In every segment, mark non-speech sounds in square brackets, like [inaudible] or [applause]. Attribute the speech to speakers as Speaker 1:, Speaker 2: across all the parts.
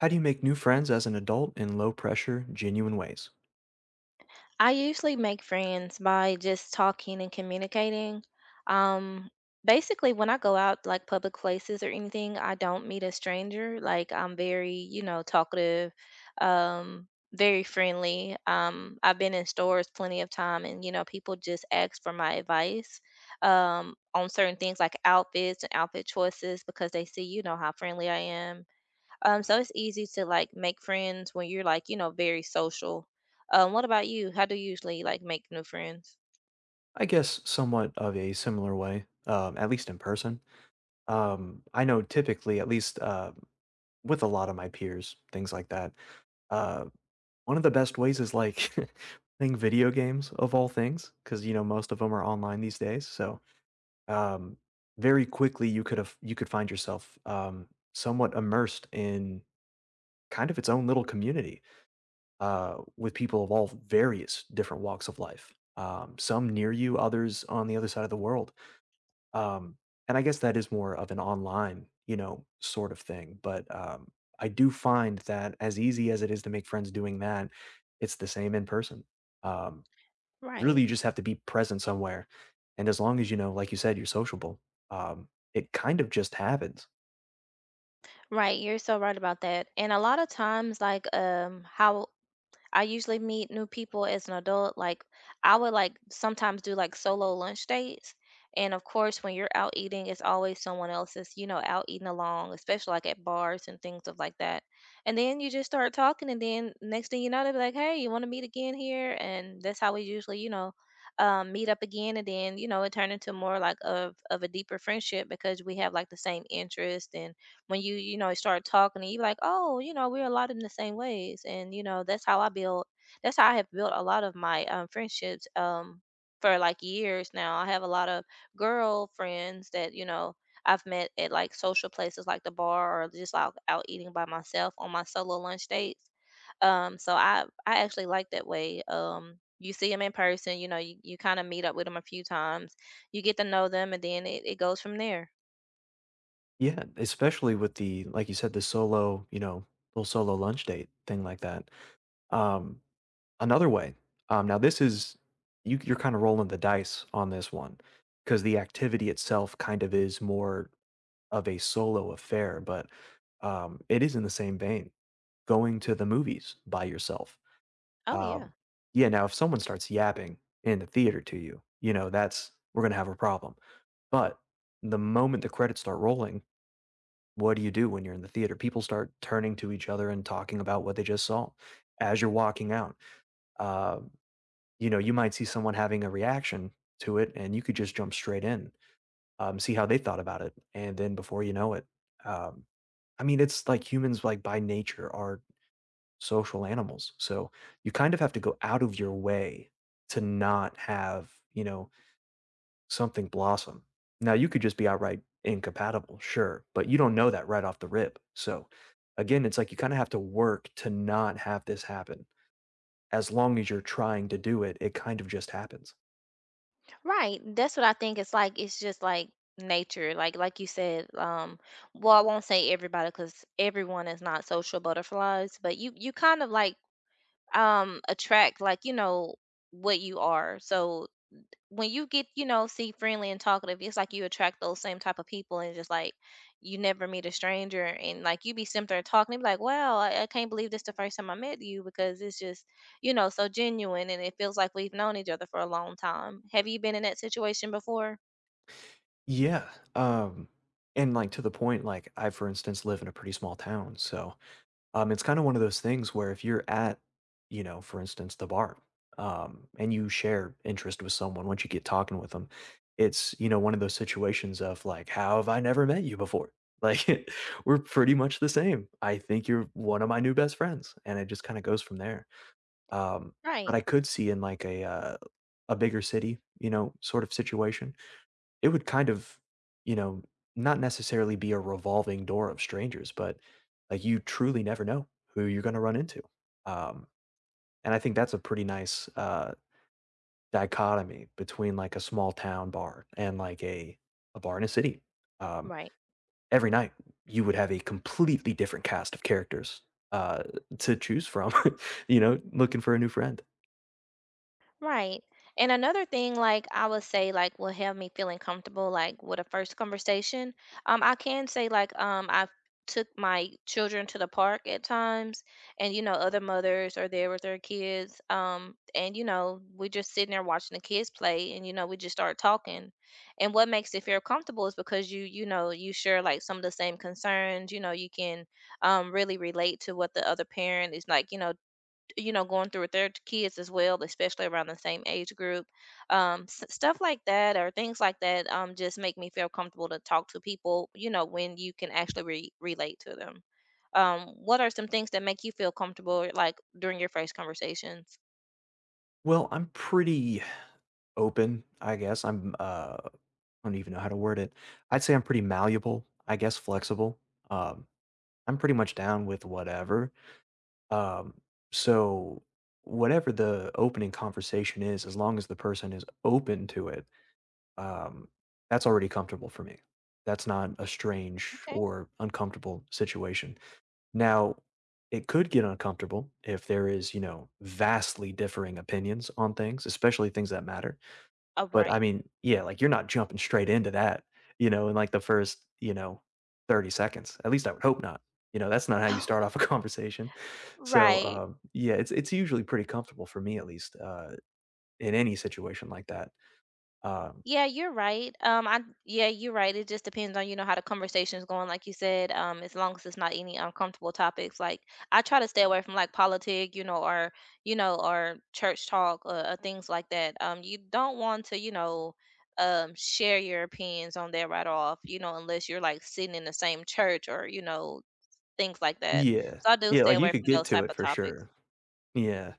Speaker 1: How do you make new friends as an adult in low pressure, genuine ways?
Speaker 2: I usually make friends by just talking and communicating. Um, Basically, when I go out like public places or anything, I don't meet a stranger. Like I'm very, you know, talkative, um, very friendly. I've been in stores plenty of time, and you know, people just ask for my advice on certain things like outfits and outfit choices because they see, you know, how friendly I am, so it's easy to like make friends when you're like, you know, very social. What about you? How do you usually like make new friends?
Speaker 1: I guess somewhat of a similar way, at least in person. I know typically, at least with a lot of my peers, things like that. Uh, one of the best ways is like [laughs] playing video games of all things, because you know most of them are online these days. So um, very quickly, you could find yourself somewhat immersed in kind of its own little community with people of all various different walks of life. Some near you, others on the other side of the world. Um, and I guess that is more of an online, you know, sort of thing. But I do find that as easy as it is to make friends doing that, it's the same in person. Um, really,
Speaker 2: Right.
Speaker 1: you just have to be present somewhere, and as long as you know, like you said, you're sociable, um, it kind of just happens.
Speaker 2: Right. You're so right about that. And a lot of times, like how I usually meet new people as an adult. Like I would like sometimes do like solo lunch dates. And of course, when you're out eating, it's always someone else that's, you know, out eating along, especially like at bars and things of like that. And then you just start talking, and then next thing you know, they'll be like, "Hey, you want to meet again here?" And that's how we usually, you know, meet up again. And then, you know, it turned into more like of a deeper friendship because we have like the same interest. And when you know, start talking and you like, oh, you know, we're a lot in the same ways, and you know, that's how I build, that's how I have built a lot of my, friendships, for like years now. I have a lot of girl friends that, you know, I've met at like social places like the bar or just out eating by myself on my solo lunch dates. Um, so I actually like that way. You see them in person, you know, you kind of meet up with them a few times, you get to know them, and then it goes from there.
Speaker 1: Yeah, especially with the like you said, the solo, you know, little solo lunch date thing like that. Um, Another way, now this is you're kinda rolling the dice on this one, because the activity itself kind of is more of a solo affair, but, it is in the same vein, going to the movies by yourself.
Speaker 2: Oh yeah.
Speaker 1: Um, yeah, now if someone starts yapping in the theater to you, you know, that's we're gonna have a problem, but the moment the credits start rolling, what do you do when you're in the theater? People start turning to each other and talking about what they just saw as you're walking out. Uh you know, you might see someone having a reaction to it and you could just jump straight in, see how they thought about it. And then before you know it, um, I mean, it's like humans, like by nature, are social animals. So you kind of have to go out of your way to not have, you know, something blossom. Now, you could just be outright incompatible, sure, but you don't know that right off the rip. So again, it's like you kind of have to work to not have this happen. As long as you're trying to do it, it kind of just happens.
Speaker 2: Right. That's what I think it's like. It's just like nature. Like you said, well, I won't say everybody because everyone is not social butterflies, but you kind of like attract like, you know, what you are. So when you get, you know, see friendly and talkative, it's like you attract those same type of people. And just like you never meet a stranger, and like you be sitting there talking, they be like, "Wow, I can't believe this the first time I met you," because it's just, you know, so genuine and it feels like we've known each other for a long time. Have you been in that situation before?
Speaker 1: Yeah, um, and, like, to the point, like, for instance, live in a pretty small town, so, it's kinda one of those things where if you're at, you know, for instance, the bar, and you share interest with someone once you get talking with them, it's, you know, one of those situations of, like, "How have I never met you before?" Like, [laughs] "We're pretty much the same. I think you're one of my new best friends," and it just kinda goes from there, um, but
Speaker 2: Right.
Speaker 1: I could see in, like, a bigger city, you know, sort of situation, it would kind of, you know, not necessarily be a revolving door of strangers, but, like, you truly never know who you're gonna run into. Um, and I think that's a pretty nice, dichotomy between, like, a small town bar and, like, a bar in a city. Um
Speaker 2: Right.
Speaker 1: every night you would have a completely different cast of characters uh, to choose from, [laughs] you know, looking for a new friend.
Speaker 2: Right. And another thing, like I would say, like will have me feeling comfortable, like with a first conversation. I can say like I've took my children to the park at times, and you know, other mothers are there with their kids, and you know, we're just sitting there watching the kids play, and you know, we just start talking. And what makes it feel comfortable is because you know, you share like some of the same concerns. You know, you can really relate to what the other parent is like, you know, you know, going through with their kids as well, especially around the same age group. Stuff like that or things like that, just make me feel comfortable to talk to people, you know, when you can actually relate to them. What are some things that make you feel comfortable, like during your first conversations?
Speaker 1: Well, I'm pretty open, I guess. I'm. I don't even know how to word it. I'd say I'm pretty malleable, I guess flexible. Um, I'm pretty much down with whatever. Um, so whatever the opening conversation is, as long as the person is open to it, um, that's already comfortable for me. That's not a strange
Speaker 2: Okay.
Speaker 1: or uncomfortable situation. Now, it could get uncomfortable if there is, you know, vastly differing opinions on things, especially things that matter, but I
Speaker 2: Upright.
Speaker 1: mean, yeah, like, you're not jumping straight into that, you know, in, like, the first, you know, 30 seconds. At least I would hope not. You know, that's not how you
Speaker 2: Right.
Speaker 1: start off a [laughs] conversation.
Speaker 2: [laughs]
Speaker 1: So,
Speaker 2: Right.
Speaker 1: yeah, it's usually pretty comfortable for me at least, in any situation like that. Um
Speaker 2: Yeah, you're right. I, yeah, you're right. It just depends on, you know, how the conversation's going, like you said. As long as it's not any uncomfortable topics, like I try to stay away from like politic, you know, or church talk, or things like that. You don't want to, you know, share your opinions on that right off, you know, unless you're like sitting in the same church or you know, things like that.
Speaker 1: Yeah.
Speaker 2: So I do
Speaker 1: Yeah,
Speaker 2: stay
Speaker 1: like, you
Speaker 2: away
Speaker 1: could
Speaker 2: from
Speaker 1: get
Speaker 2: those
Speaker 1: to
Speaker 2: type
Speaker 1: it
Speaker 2: of
Speaker 1: for
Speaker 2: topics.
Speaker 1: sure. Yeah.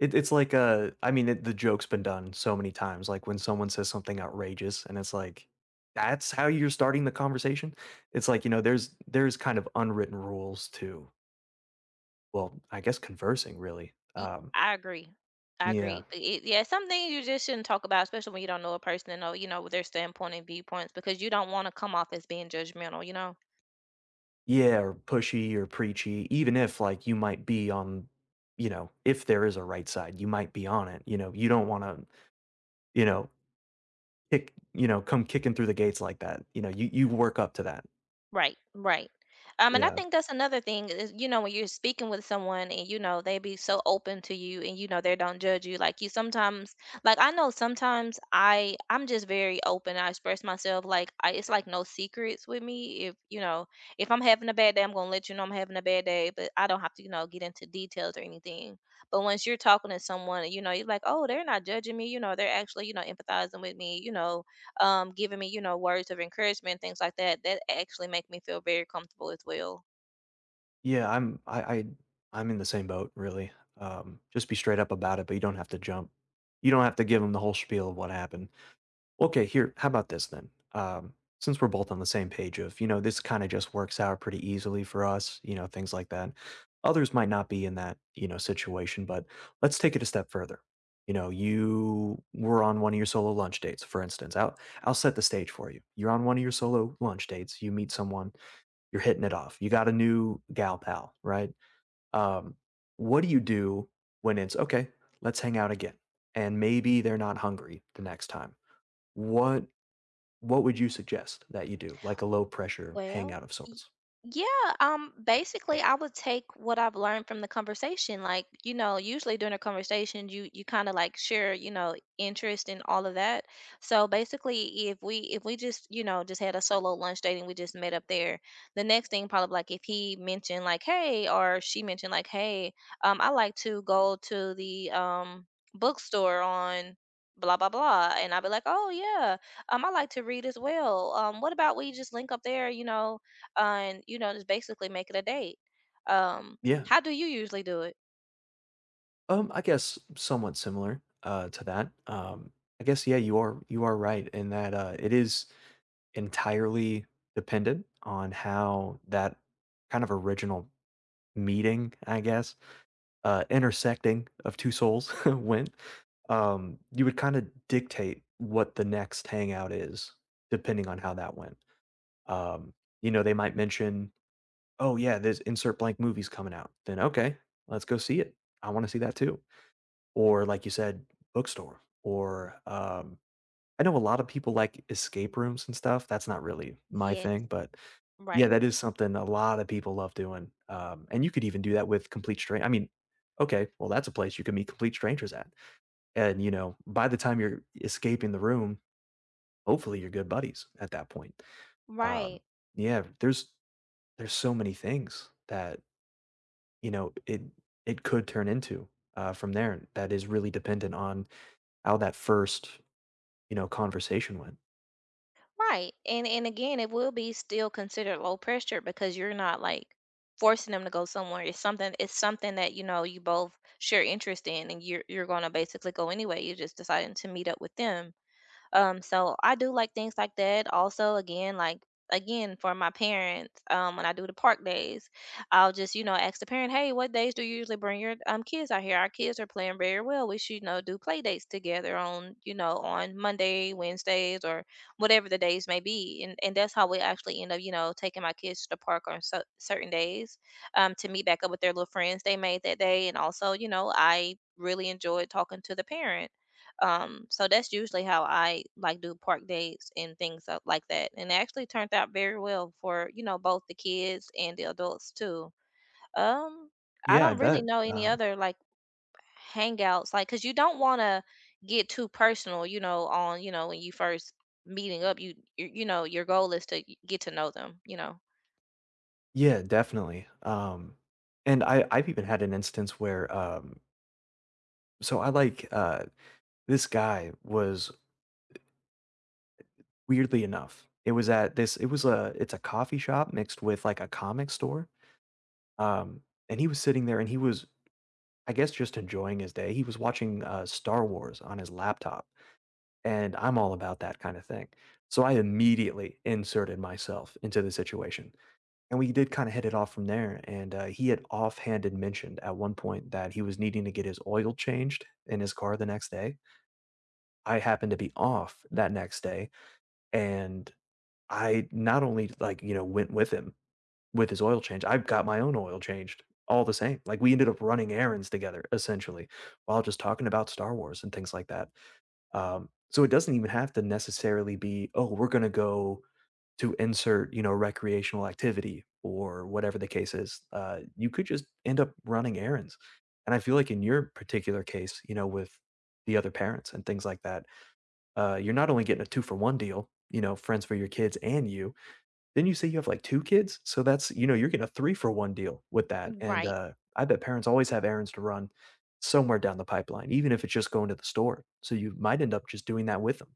Speaker 1: It's like, I mean, it the joke's been done so many times, like, when someone says something outrageous and it's like, "That's how you're starting the conversation?" It's like, you know, there's kind of unwritten rules to. Well, I guess conversing really.
Speaker 2: Ye I agree. I
Speaker 1: Yeah.
Speaker 2: agree. But it, yeah, some things you just shouldn't talk about, especially when you don't know a person and know, you know, their standpoint and viewpoints, because you don't wanna come off as being judgmental, you know?
Speaker 1: Yeah, or pushy or preachy, even if like you might be on, you know, if there is a right side, you might be on it. You know, you don't want to, you know, kick, you know, come kicking through the gates like that. You know, you work up to that.
Speaker 2: Right, right. And I
Speaker 1: Yeah.
Speaker 2: think that's another thing is, you know, when you're speaking with someone and, you know, they be so open to you and, you know, they don't judge you. Like you sometimes, like I know sometimes I'm just very open. I express myself like I, it's like no secrets with me. If, you know, if I'm having a bad day, I'm going to let you know I'm having a bad day, but I don't have to, you know, get into details or anything. But once you're talking to someone, you know, you're like, oh, they're not judging me. You know, they're actually, you know, empathizing with me, you know, giving me, you know, words of encouragement, things like that, that actually make me feel very comfortable as well.
Speaker 1: Yeah, I'm I I'm in the same boat really. Just be straight up about it, but you don't have to jump. You don't have to give them the whole spiel of what happened. Okay, here, how about this then? Since we're both on the same page of, you know, this kind of just works out pretty easily for us, you know, things like that. Others might not be in that, you know, situation, but let's take it a step further. You know, you were on one of your solo lunch dates, for instance. I'll set the stage for you. You're on one of your solo lunch dates, you meet someone, you're hitting it off. You got a new gal pal, right? Um, what do you do when it's okay, let's hang out again? And maybe they're not hungry the next time, what what would you suggest that you do? Like a low pressure
Speaker 2: Well,
Speaker 1: hangout of
Speaker 2: y-
Speaker 1: sorts?
Speaker 2: yeah, basically I would take what I've learned from the conversation. Like, you know, usually during a conversation you kind of like share, you know, interest and all of that. So basically if we just, you know, just had a solo lunch date and we just met up there, the next thing probably like if he mentioned like, "Hey," or she mentioned like, "Hey, I like to go to the bookstore on blah blah blah," and I would be like, "Oh yeah, I like to read as well. What about we just link up there, you know, and you know, just basically make it a date." Um,
Speaker 1: Yeah.
Speaker 2: how do you usually do it?
Speaker 1: I guess somewhat similar to that. I guess yeah, you are right in that it is entirely dependent on how that kind of original meeting, I guess, intersecting of two souls [laughs] went. You would kind of dictate what the next hangout is depending on how that went. Um, you know, they might mention, "Oh, yeah, there's insert blank movie's coming out." Then, "Okay, let's go see it. I wanna see that too." Or like you said, bookstore or, I know a lot of people like escape rooms and stuff, that's not really my
Speaker 2: Yes.
Speaker 1: thing, but yeah,
Speaker 2: Right.
Speaker 1: that is something a lot of people love doing, and you could even do that with complete stran I mean, okay, well, that's a place you can meet complete strangers at, and, you know, by the time you're escaping the room, hopefully you're good buddies at that point. Um,
Speaker 2: Right.
Speaker 1: yeah, there's so many things that you know, it could turn into, from there. That is really dependent on how that first, you know, conversation went.
Speaker 2: Right. And again, it will be still considered low pressure because you're not like forcing them to go somewhere. It's something, it's something that, you know, you both share interest in and you're gonna basically go anyway. You're just deciding to meet up with them. So I do like things like that. Also, again, like again for my parents, when I do the park days, I'll just you know ask the parent, "Hey, what days do you usually bring your kids out here? Our kids are playing very well. We should you know do play dates together on you know on Monday, Wednesdays, or whatever the days may be." And that's how we actually end up, you know, taking my kids to the park on certain days, to meet back up with their little friends they made that day. And also, you know, I really enjoyed talking to the parent, so that's usually how I like do park dates and things up like that. And it actually turned out very well for, you know, both the kids and the adults too. Um, I
Speaker 1: Yeah, I
Speaker 2: don't really
Speaker 1: bet.
Speaker 2: know any
Speaker 1: Um,
Speaker 2: other like hangouts, like, cause you don't want to get too personal, you know, on, you know, when you first meeting up, you know, your goal is to get to know them, you know.
Speaker 1: yeah, definitely. And I've even had an instance where, so I like, this guy was, weirdly enough, it was at this it was a it's a coffee shop mixed with, like, a comic store, um, and he was sitting there and he was, I guess, just enjoying his day. He was watching, Star Wars on his laptop. And I'm all about that kind of thing. So I immediately inserted myself into the situation, and we did kind of hit it off from there. And he had offhanded mentioned at one point that he was needing to get his oil changed in his car the next day. I happened to be off that next day, and I not only like you know went with him with his oil change, I got my own oil changed all the same. Like we ended up running errands together essentially, while just talking about Star Wars and things like that. So it doesn't even have to necessarily be, oh, we're going to go to insert, you know, recreational activity or whatever the case is. You could just end up running errands. And I feel like in your particular case, you know, with the other parents and things like that, you're not only getting a two for one deal, you know, friends for your kids and you, didn't you say you have, like, two kids? So that's you know, you're getting a three-for-one deal with that, and,
Speaker 2: Right.
Speaker 1: I bet parents always have errands to run somewhere down the pipeline, even if it's just going to the store, so you might end up just doing that with them.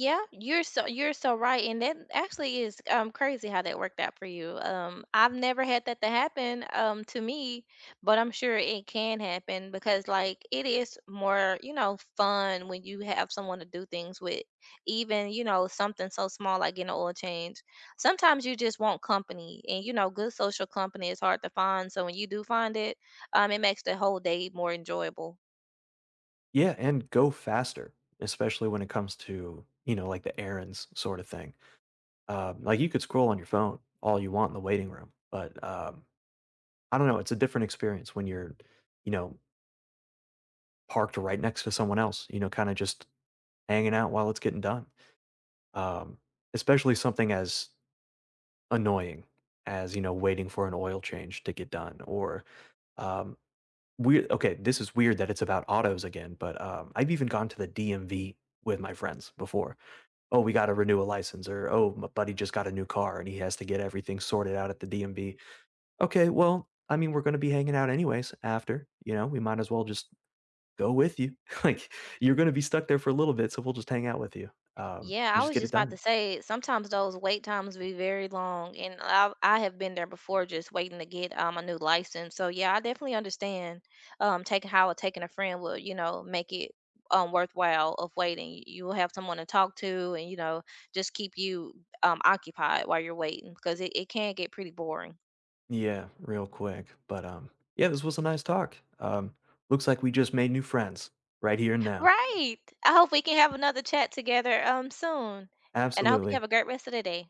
Speaker 2: Yeah, you're so, you're so right, and that actually is crazy how that worked out for you. I've never had that to happen to me, but I'm sure it can happen because like it is more, you know, fun when you have someone to do things with, even you know something so small like getting an oil change. Sometimes you just want company, and you know good social company is hard to find. So when you do find it, it makes the whole day more enjoyable.
Speaker 1: Yeah, and go faster, especially when it comes to, you know, like, the errands sort of thing. Like, you could scroll on your phone all you want in the waiting room, but, I don't know, it's a different experience when you're, you know, parked right next to someone else, you know, kinda just hanging out while it's getting done. Um, especially something as annoying as you know waiting for an oil change to get done or um weird, okay, this is weird that it's about autos again, but I've even gone to the DMV with my friends before. Oh, we got to renew a license, or oh, my buddy just got a new car and he has to get everything sorted out at the DMV. Okay, well, I mean, we're going to be hanging out anyways after, you know, we might as well just go with you [laughs] like, you're going to be stuck there for a little bit so we'll just hang out with you.
Speaker 2: Yeah,
Speaker 1: You
Speaker 2: I
Speaker 1: just
Speaker 2: was
Speaker 1: get
Speaker 2: just
Speaker 1: it
Speaker 2: about to
Speaker 1: done.
Speaker 2: say sometimes those wait times be very long, and I have been there before just waiting to get a new license. So yeah, I definitely understand taking how taking a friend would you know make it worthwhile of waiting. You will have someone to talk to, and you know just keep you occupied while you're waiting because it can get pretty boring.
Speaker 1: Yeah, real quick. But yeah, this was a nice talk. Looks like we just made new friends right here and now.
Speaker 2: Right. I hope we can have another chat together soon, and I hope you have
Speaker 1: Absolutely.
Speaker 2: a great rest of the day.